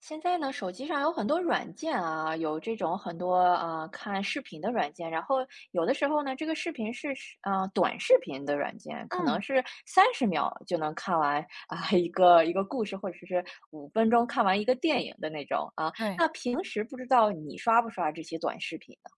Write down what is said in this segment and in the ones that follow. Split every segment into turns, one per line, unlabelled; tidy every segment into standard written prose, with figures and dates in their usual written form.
现在呢，手机上有很多软件啊，有这种很多啊看视频的软件，然后有的时候呢，这个视频是短视频的软件，可
嗯，
能是三十秒就能看完啊、一个一个故事，或者是五分钟看完一个电影的那种啊。
对，
那平时不知道你刷不刷这些短视频呢？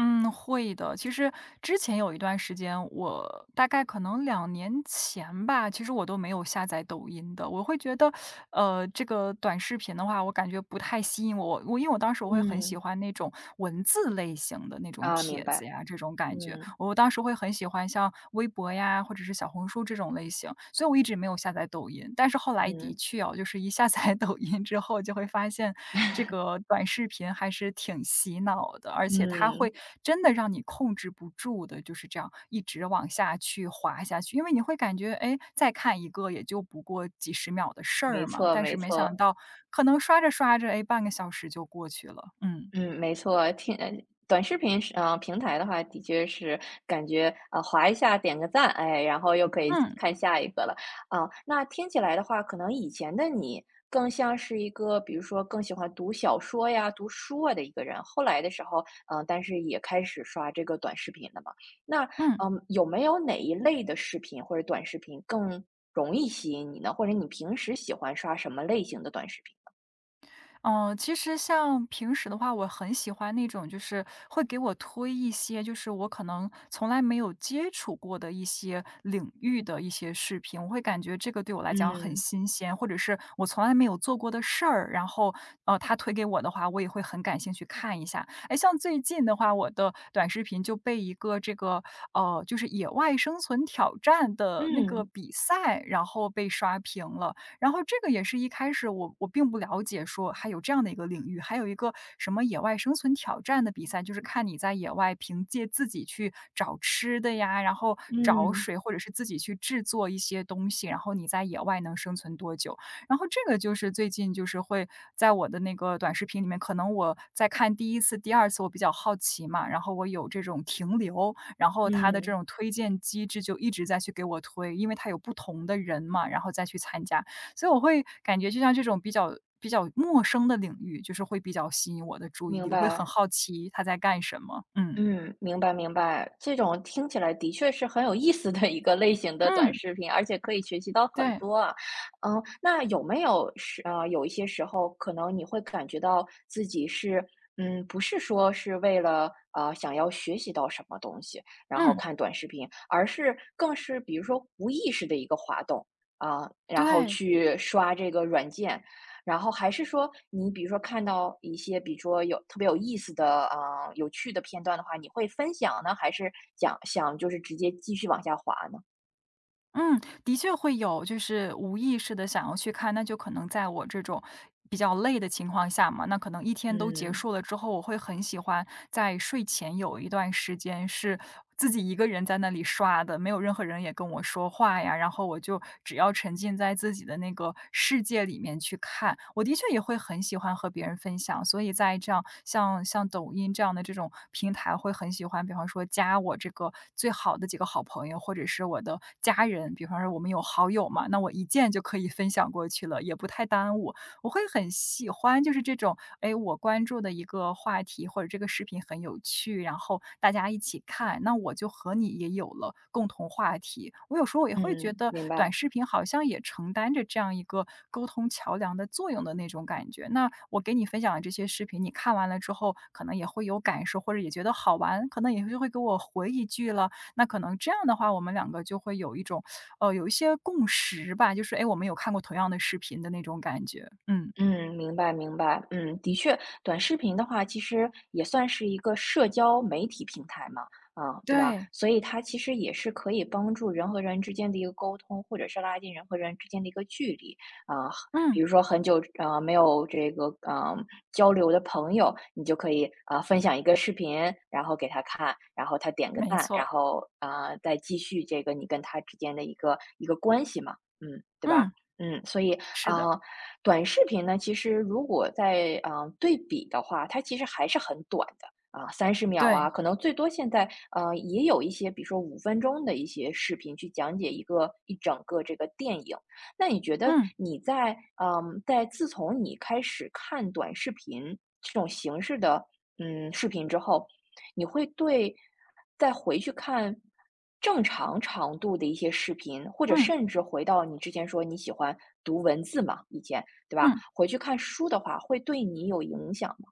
嗯，会的。其实之前有一段时间，我大概可能2年前吧，其实我都没有下载抖音的。我会觉得，这个短视频的话，我感觉不太吸引我。因为我当时我会很喜
嗯，
欢那种文字类型的那种
啊，明
帖子
白，
呀，这种感觉。
嗯
我当时会很喜欢像微博呀，或者是小红书这种类型，所以我一直没有下载抖音，但是后来的
嗯
确就是一下载 抖音之后，就会发现这个短视频还是挺洗脑的，而且它会
嗯，
真的让你控制不住的，就是这样一直往下去滑下去，因为你会感觉，哎，再看一个也就不过几十秒的事儿
没
嘛，
错
但是
没
没想
错，
到可能刷着刷着，哎，半个小时就过去了，嗯
嗯，没错，短视频平台的话，的确是感觉划一下点个赞，哎，然后又可以
嗯
看下一个了。啊，那听起来的话，可能以前的你更像是一个，比如说更喜欢读小说呀、读书啊的一个人，后来的时候，嗯，但是也开始刷这个短视频了嘛。那
嗯。
嗯，有没有哪一类的视频或者短视频更容易吸引你呢？或者你平时喜欢刷什么类型的短视频？
嗯，其实像平时的话，我很喜欢那种就是会给我推一些，就是我可能从来没有接触过的一些领域的一些视频，我会感觉这个对我来讲很
嗯
新鲜，或者是我从来没有做过的事儿，然后他推给我的话，我也会很感兴趣看一下。哎，像最近的话，我的短视频就被一个这个就是野外生存挑战的那个
嗯
比赛，然后被刷屏了。然后这个也是一开始我并不了解说还有这样的一个领域，还有一个什么野外生存挑战的比赛，就是看你在野外凭借自己去找吃的呀，然后找
嗯
水，或者是自己去制作一些东西，然后你在野外能生存多久。然后这个就是最近就是会在我的那个短视频里面，可能我在看第一次、第二次，我比较好奇嘛，然后我有这种停留，然后它的这
嗯。
种推荐机制就一直在去给我推，因为它有不同的人嘛，然后再去参加。所以我会感觉就像这种比较陌生的领域，就是会比较吸引我的注意
明
力，我会很
白，
好奇他在干什么。嗯，
嗯，明白明白，这种听起来的确是很有意思的一个类型的短
嗯，
视频，而且可以学习到很
对，
多啊。嗯，那有没有是啊？有一些时候可能你会感觉到自己是，嗯，不是说是为了想要学习到什么东西，然后
嗯，
看短视频，而是更是比如说无意识的一个滑动啊，然后
对，
去刷这个软件，然后还是说，你比如说看到一些，比如说有特别有意思的啊、有趣的片段的话，你会分享呢，还是想想就是直接继续往下滑呢？
嗯，的确会有，就是无意识的想要去看，那就可能在我这种比较累的情况下嘛，那可能一天都结
嗯
束了之后，我会很喜欢在睡前有一段时间是自己一个人在那里刷的，没有任何人也跟我说话呀，然后我就只要沉浸在自己的那个世界里面去看。我的确也会很喜欢和别人分享，所以在这样像抖音这样的这种平台，会很喜欢，比方说加我这个最好的几个好朋友，或者是我的家人，比方说我们有好友嘛，那我一键就可以分享过去了，也不太耽误。我会很喜欢就是这种，哎，我关注的一个话题或者这个视频很有趣，然后大家一起看，那我就和你也有了共同话题。我有时候也会觉
嗯，
得
明白。
短视频好像也承担着这样一个沟通桥梁的作用的那种感觉。那我给你分享的这些视频，你看完了之后，可能也会有感受，或者也觉得好玩，可能也就会给我回一句了。那可能这样的话，我们两个就会有一种有一些共识吧，就是哎，诶我们有看过同样的视频的那种感觉。嗯，
嗯，明白明白，嗯，的确，短视频的话，其实也算是一个社交媒体平台嘛，啊，对吧？
对，
所以它其实也是可以帮助人和人之间的一个沟通，或者是拉近人和人之间的一个距离啊。比
嗯，
如说很久啊没有这个嗯交流的朋友，你就可以啊、分享一个视频，然后给他看，然后他点个
没
赞，然
错，
后啊、再继续这个你跟他之间的一个关系嘛，嗯，对吧？
嗯，
嗯，所以
是的，
啊。短视频呢，其实如果在对比的话，它其实还是很短的啊，三十秒
对，
啊，可能最多现在也有一些，比如说五分钟的一些视频去讲解一整个这个电影。那你觉得
嗯
你在在自从你开始看短视频这种形式的嗯视频之后，你会对再回去看正常长度的一些视频，或者
嗯
甚至回到你之前说你喜欢读文字嘛，以前对吧？
嗯。
回去看书的话，会对你有影响吗？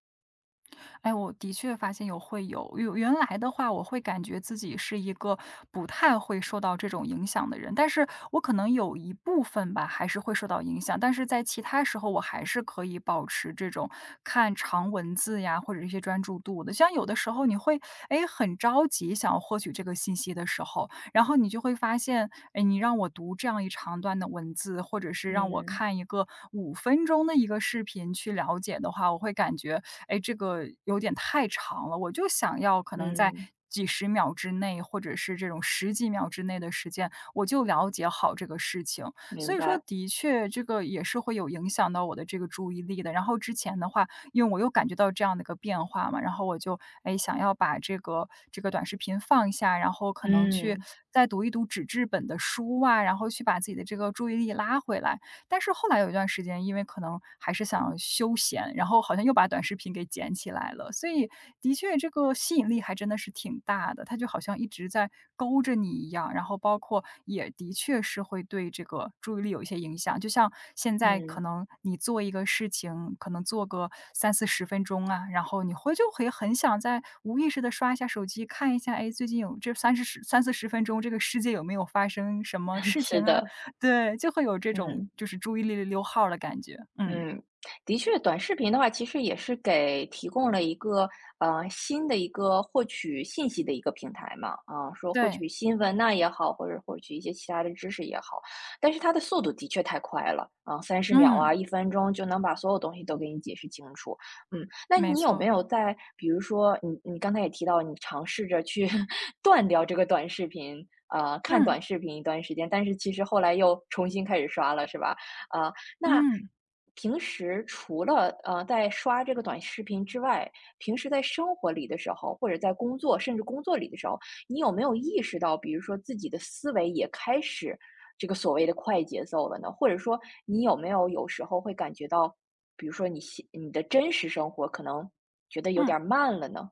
哎，我的确发现有会有，有原来的话，我会感觉自己是一个不太会受到这种影响的人，但是我可能有一部分吧，还是会受到影响，但是在其他时候，我还是可以保持这种看长文字呀，或者一些专注度的。像有的时候你会哎很着急想要获取这个信息的时候，然后你就会发现，哎，你让我读这样一长段的文字，或者是让我
嗯，
看一个5分钟的一个视频去了解的话，我会感觉，哎，这个有点太长了，我就想要可能在
嗯，
几十秒之内，或者是这种十几秒之内的时间，我就了解好这个事情。所
明
以说，
白，
的确这个也是会有影响到我的这个注意力的。然后之前的话，因为我又感觉到这样的一个变化嘛，然后我就，哎，想要把这个短视频放下，然后可能去
嗯，
再读一读纸质本的书啊，然后去把自己的这个注意力拉回来。但是后来有一段时间，因为可能还是想休闲，然后好像又把短视频给捡起来了，所以的确这个吸引力还真的是挺大的，它就好像一直在勾着你一样，然后包括也的确是会对这个注意力有一些影响。就像现在可
嗯，
能你做一个事情，可能做个三四十分钟啊，然后你会就会很想在无意识的刷一下手机，看一下，哎，最近有这三十十三四十分钟，这个世界有没有发生什么 事
是
情啊？
的，
对，就会有这种
嗯。
就是注意力溜号儿的感觉，嗯，
嗯，的确，短视频的话，其实也是给提供了一个新的一个获取信息的一个平台嘛，啊、说获
对，
取新闻呐、也好，或者获取一些其他的知识也好，但是它的速度的确太快了，啊、三十秒啊，
嗯，
一分钟就能把所有东西都给你解释清楚，嗯，那
没
你有没
错，
有在，比如说你刚才也提到，你尝试着去 断掉这个短视频，看
嗯，
短视频一段时间，但是其实后来又重新开始刷了，是吧？啊、那
嗯，
平时除了在刷这个短视频之外，平时在生活里的时候，或者在工作，甚至工作里的时候，你有没有意识到，比如说自己的思维也开始这个所谓的快节奏了呢？或者说，你有没有有时候会感觉到，比如说你的真实生活可能觉得有
嗯。
点儿慢了呢？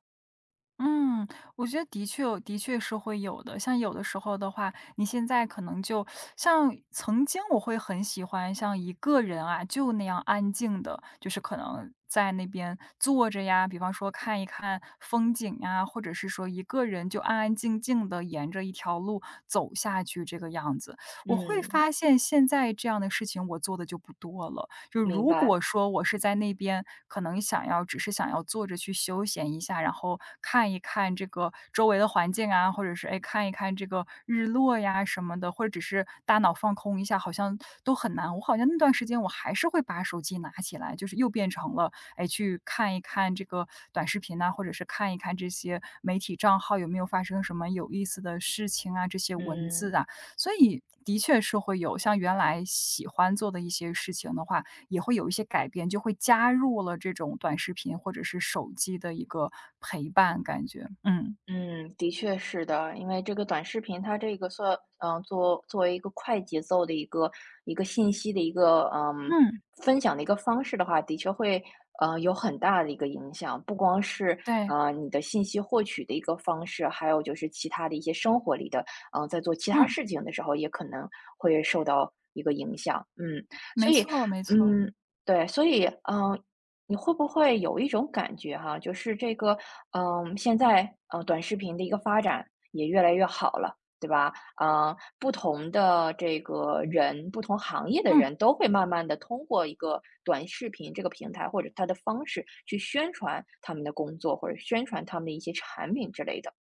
嗯，我觉得的确有的确是会有的。像有的时候的话，你现在可能就像曾经我会很喜欢像一个人啊，就那样安静的，就是可能在那边坐着呀，比方说看一看风景呀，或者是说一个人就安安静静的沿着一条路走下去这个样子。我会
嗯，
发现现在这样的事情我做的就不多了。就
明
如
白，
果说我是在那边，可能想要只是想要坐着去休闲一下，然后看一看这个周围的环境啊，或者是哎看一看这个日落呀什么的，或者只是大脑放空一下，好像都很难。我好像那段时间我还是会把手机拿起来，就是又变成了哎去看一看这个短视频呐、或者是看一看这些媒体账号有没有发生什么有意思的事情啊，这些文字
嗯。
啊，所以的确是会有像原来喜欢做的一些事情的话，也会有一些改变，就会加入了这种短视频或者是手机的一个陪伴感觉，嗯，
嗯，的确是的，因为这个短视频它这个算，作为一个快节奏的一个信息的一个嗯
嗯，
分享的一个方式的话，的确会有很大的一个影响，不光是
对，
你的信息获取的一个方式，还有就是其他的一些生活里的，嗯、在做其他
嗯，
事情的时候也可能会受到一个影响，嗯，
没
所以
错没错，
嗯。对，所以，嗯、你会不会有一种感觉哈，就是这个，嗯，现在短视频的一个发展也越来越好了，对吧？嗯，不同的这个人，不同行业的
嗯，
人都会慢慢的通过一个短视频这个平台或者它的方式去宣传他们的工作，或者宣传他们的一些产品之类的。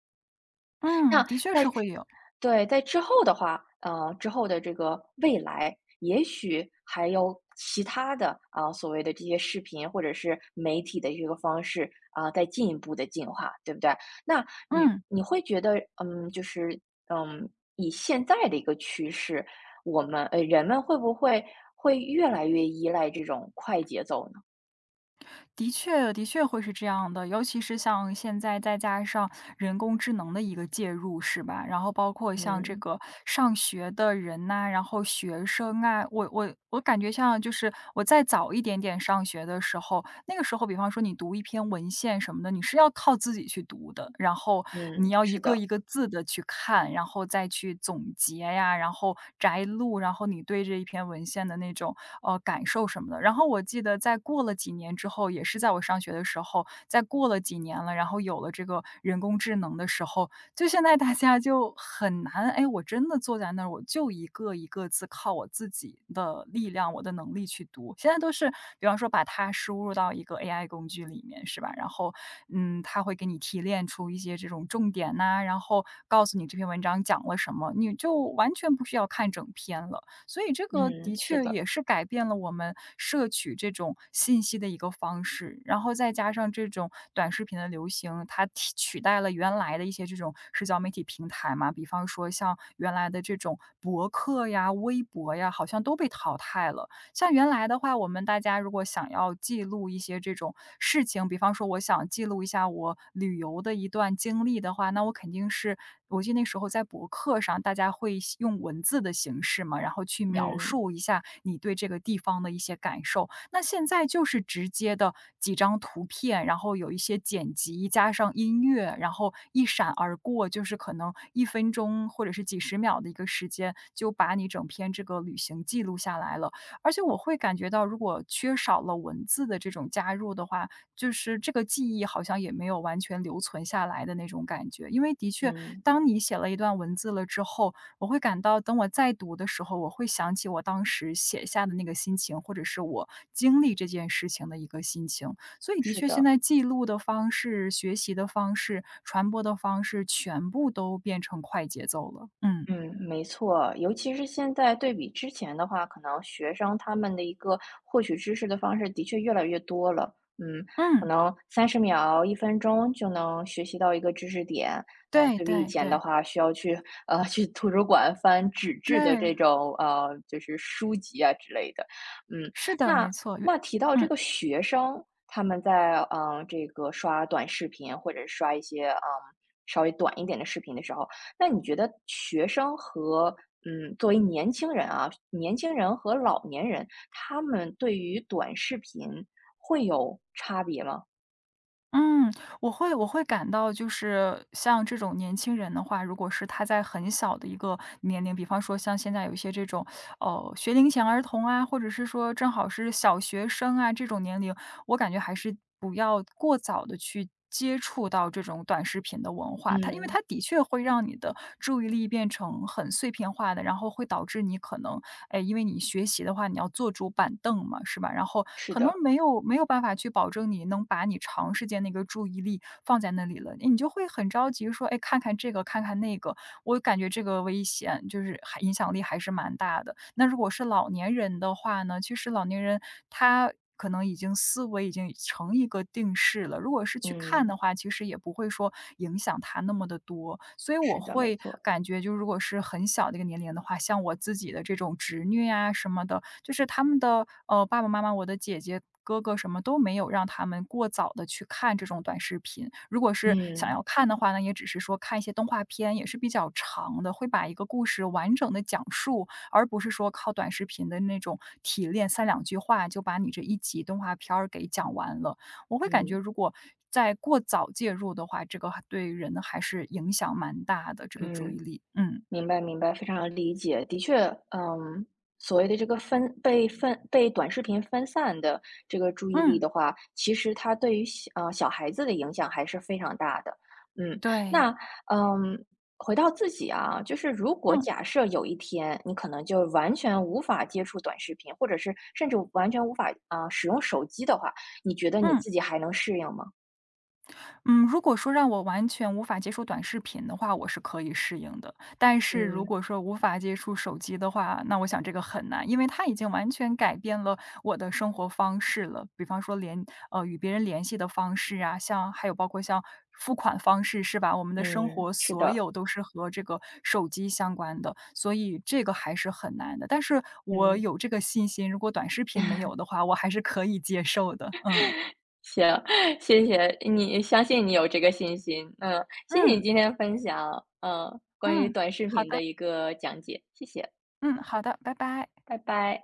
嗯，
那
的确是
在
会有，
对，在之后的话，之后的这个未来，也许还有其他的啊、所谓的这些视频或者是媒体的这个方式啊、在进一步的进化，对不对？那你
嗯，
你会觉得，嗯，就是嗯，以现在的一个趋势，我们人们会不会越来越依赖这种快节奏呢？
的确的确会是这样的，尤其是像现在再加上人工智能的一个介入，是吧？然后包括像这
嗯
个上学的人呐、然后学生啊，我感觉像就是我再早一点点上学的时候，那个时候，比方说你读一篇文献什么的，你是要靠自己去读的，然后你
嗯，
要一
是
个一
的，
个字的去看，然后再去总结呀，然后摘录，然后你对这一篇文献的那种，感受什么的。然后我记得在过了几年之后，也是在我上学的时候，在过了几年了，然后有了这个人工智能的时候，就现在大家就很难，哎，我真的坐在那儿，我就一个一个字靠我自己的力量、我的能力去读。现在都是，比方说把它输入到一个 AI 工具里面，是吧？然后，嗯，它会给你提炼出一些这种重点呐、然后告诉你这篇文章讲了什么，你就完全不需要看整篇了。所以这个
嗯
的
是
确
的，
也是改变了我们摄取这种信息的一个方式。然后再加上这种短视频的流行，它取代了原来的一些这种社交媒体平台嘛，比方说像原来的这种博客呀、微博呀，好像都被淘汰了。像原来的话，我们大家如果想要记录一些这种事情，比方说我想记录一下我旅游的一段经历的话，那我肯定是我记得那时候在博客上，大家会写用文字的形式嘛，然后去描
嗯
述一下你对这个地方的一些感受。那现在就是直接的几张图片，然后有一些剪辑，加上音乐，然后一闪而过，就是可能一分钟或者是几十秒的一个时间，就把你整篇这个旅行记录下来了。而且我会感觉到，如果缺少了文字的这种加入的话，就是这个记忆好像也没有完全留存下来的那种感觉。因为的确，
嗯
当你写了一段文字了之后，我会感到等我再读的时候，我会想起我当时写下的那个心情，或者是我经历这件事情的一个心情。所以的
是
确，现
的。
在记录的方式、学习的方式、传播的方式，全部都变成快节奏了。嗯
嗯，没错，尤其是现在对比之前的话，可能学生他们的一个获取知识的方式的确越来越多了。嗯，可
嗯，
能三十秒、一分钟就能学习到一个知识点。嗯、
对
对比以
对
前的
对
话，需要去去图书馆翻纸质
对。
的这种就是书籍啊之类的。嗯，
是的，没
那
错，越
那提到这
嗯，
个学生，他们在这个刷短视频或者刷一些稍微短一点的视频的时候。那你觉得学生和嗯，作为年轻人啊，年轻人和老年人，他们对于短视频会有差别吗？
嗯，我会感到就是像这种年轻人的话，如果是他在很小的一个年龄，比方说像现在有一些这种，学龄前儿童啊，或者是说正好是小学生啊，这种年龄，我感觉还是不要过早的去接触到这种短视频的文化。因为
嗯，
它的确会让你的注意力变成很碎片化的，然后会导致你可能哎，因为你学习的话，你要坐主板凳嘛，是吧？然后
是
可能
的，
没有办法去保证你能把你长时间那个注意力放在那里了，你就会很着急说，哎，看看这个，看看那个，我感觉这个危险，就是还影响力还是蛮大的。那如果是老年人的话呢，其实老年人他。可能已经思维已经成一个定势了。如果是去看
嗯，
的话，其实也不会说影响他那么的多。所以我
是的，没
会
错，
感觉就如果是很小的一个年龄的话，像我自己的这种侄女呀什么的，就是他们的，爸爸妈妈，我的姐姐、哥哥什么都没有让他们过早的去看这种短视频。如果是想
嗯
要看的话呢，也只是说看一些动画片，也是比较长的，会把一个故事完整的讲述。而不是说靠短视频的那种提炼，三两句话就把你这一集动画片儿给讲完了。我会感觉
嗯
如果在过早介入的话，这个还对人还是影响蛮大的，这个注意
嗯。
力。嗯，
明白明白，非常理解。的确，嗯，所谓的这个分被短视频分散的这个注意力
嗯，
的话，其实它对于小孩子的影响还是非常大的。嗯，
对，
那嗯，回到自己啊，就是如果
嗯，
假设有一天你可能就完全无法接触短视频，或者是甚至完全无法啊、使用手机的话，你觉得你
嗯。
自己还能适应吗？
嗯，如果说让我完全无法接触短视频的话，我是可以适应的。但是如
嗯
果说无法接触手机的话，那我想这个很难，因为它已经完全改变了我的生活方式了。比方说与别人联系的方式啊，像还有包括像付款方式是吧？我们的生
嗯，
活
是
所
的，
有都是和这个手机相关的，所以这个还是很难的。但是我
嗯。
有这个信心，如果短视频没有的话，我还是可以接受的。嗯，
行，谢谢你，相信你有这个信心。嗯，谢谢你
嗯，
今天分享，嗯，关于
嗯，
短视
好
频的
的。
一个讲解，谢谢，
嗯，好的，拜拜。
拜拜。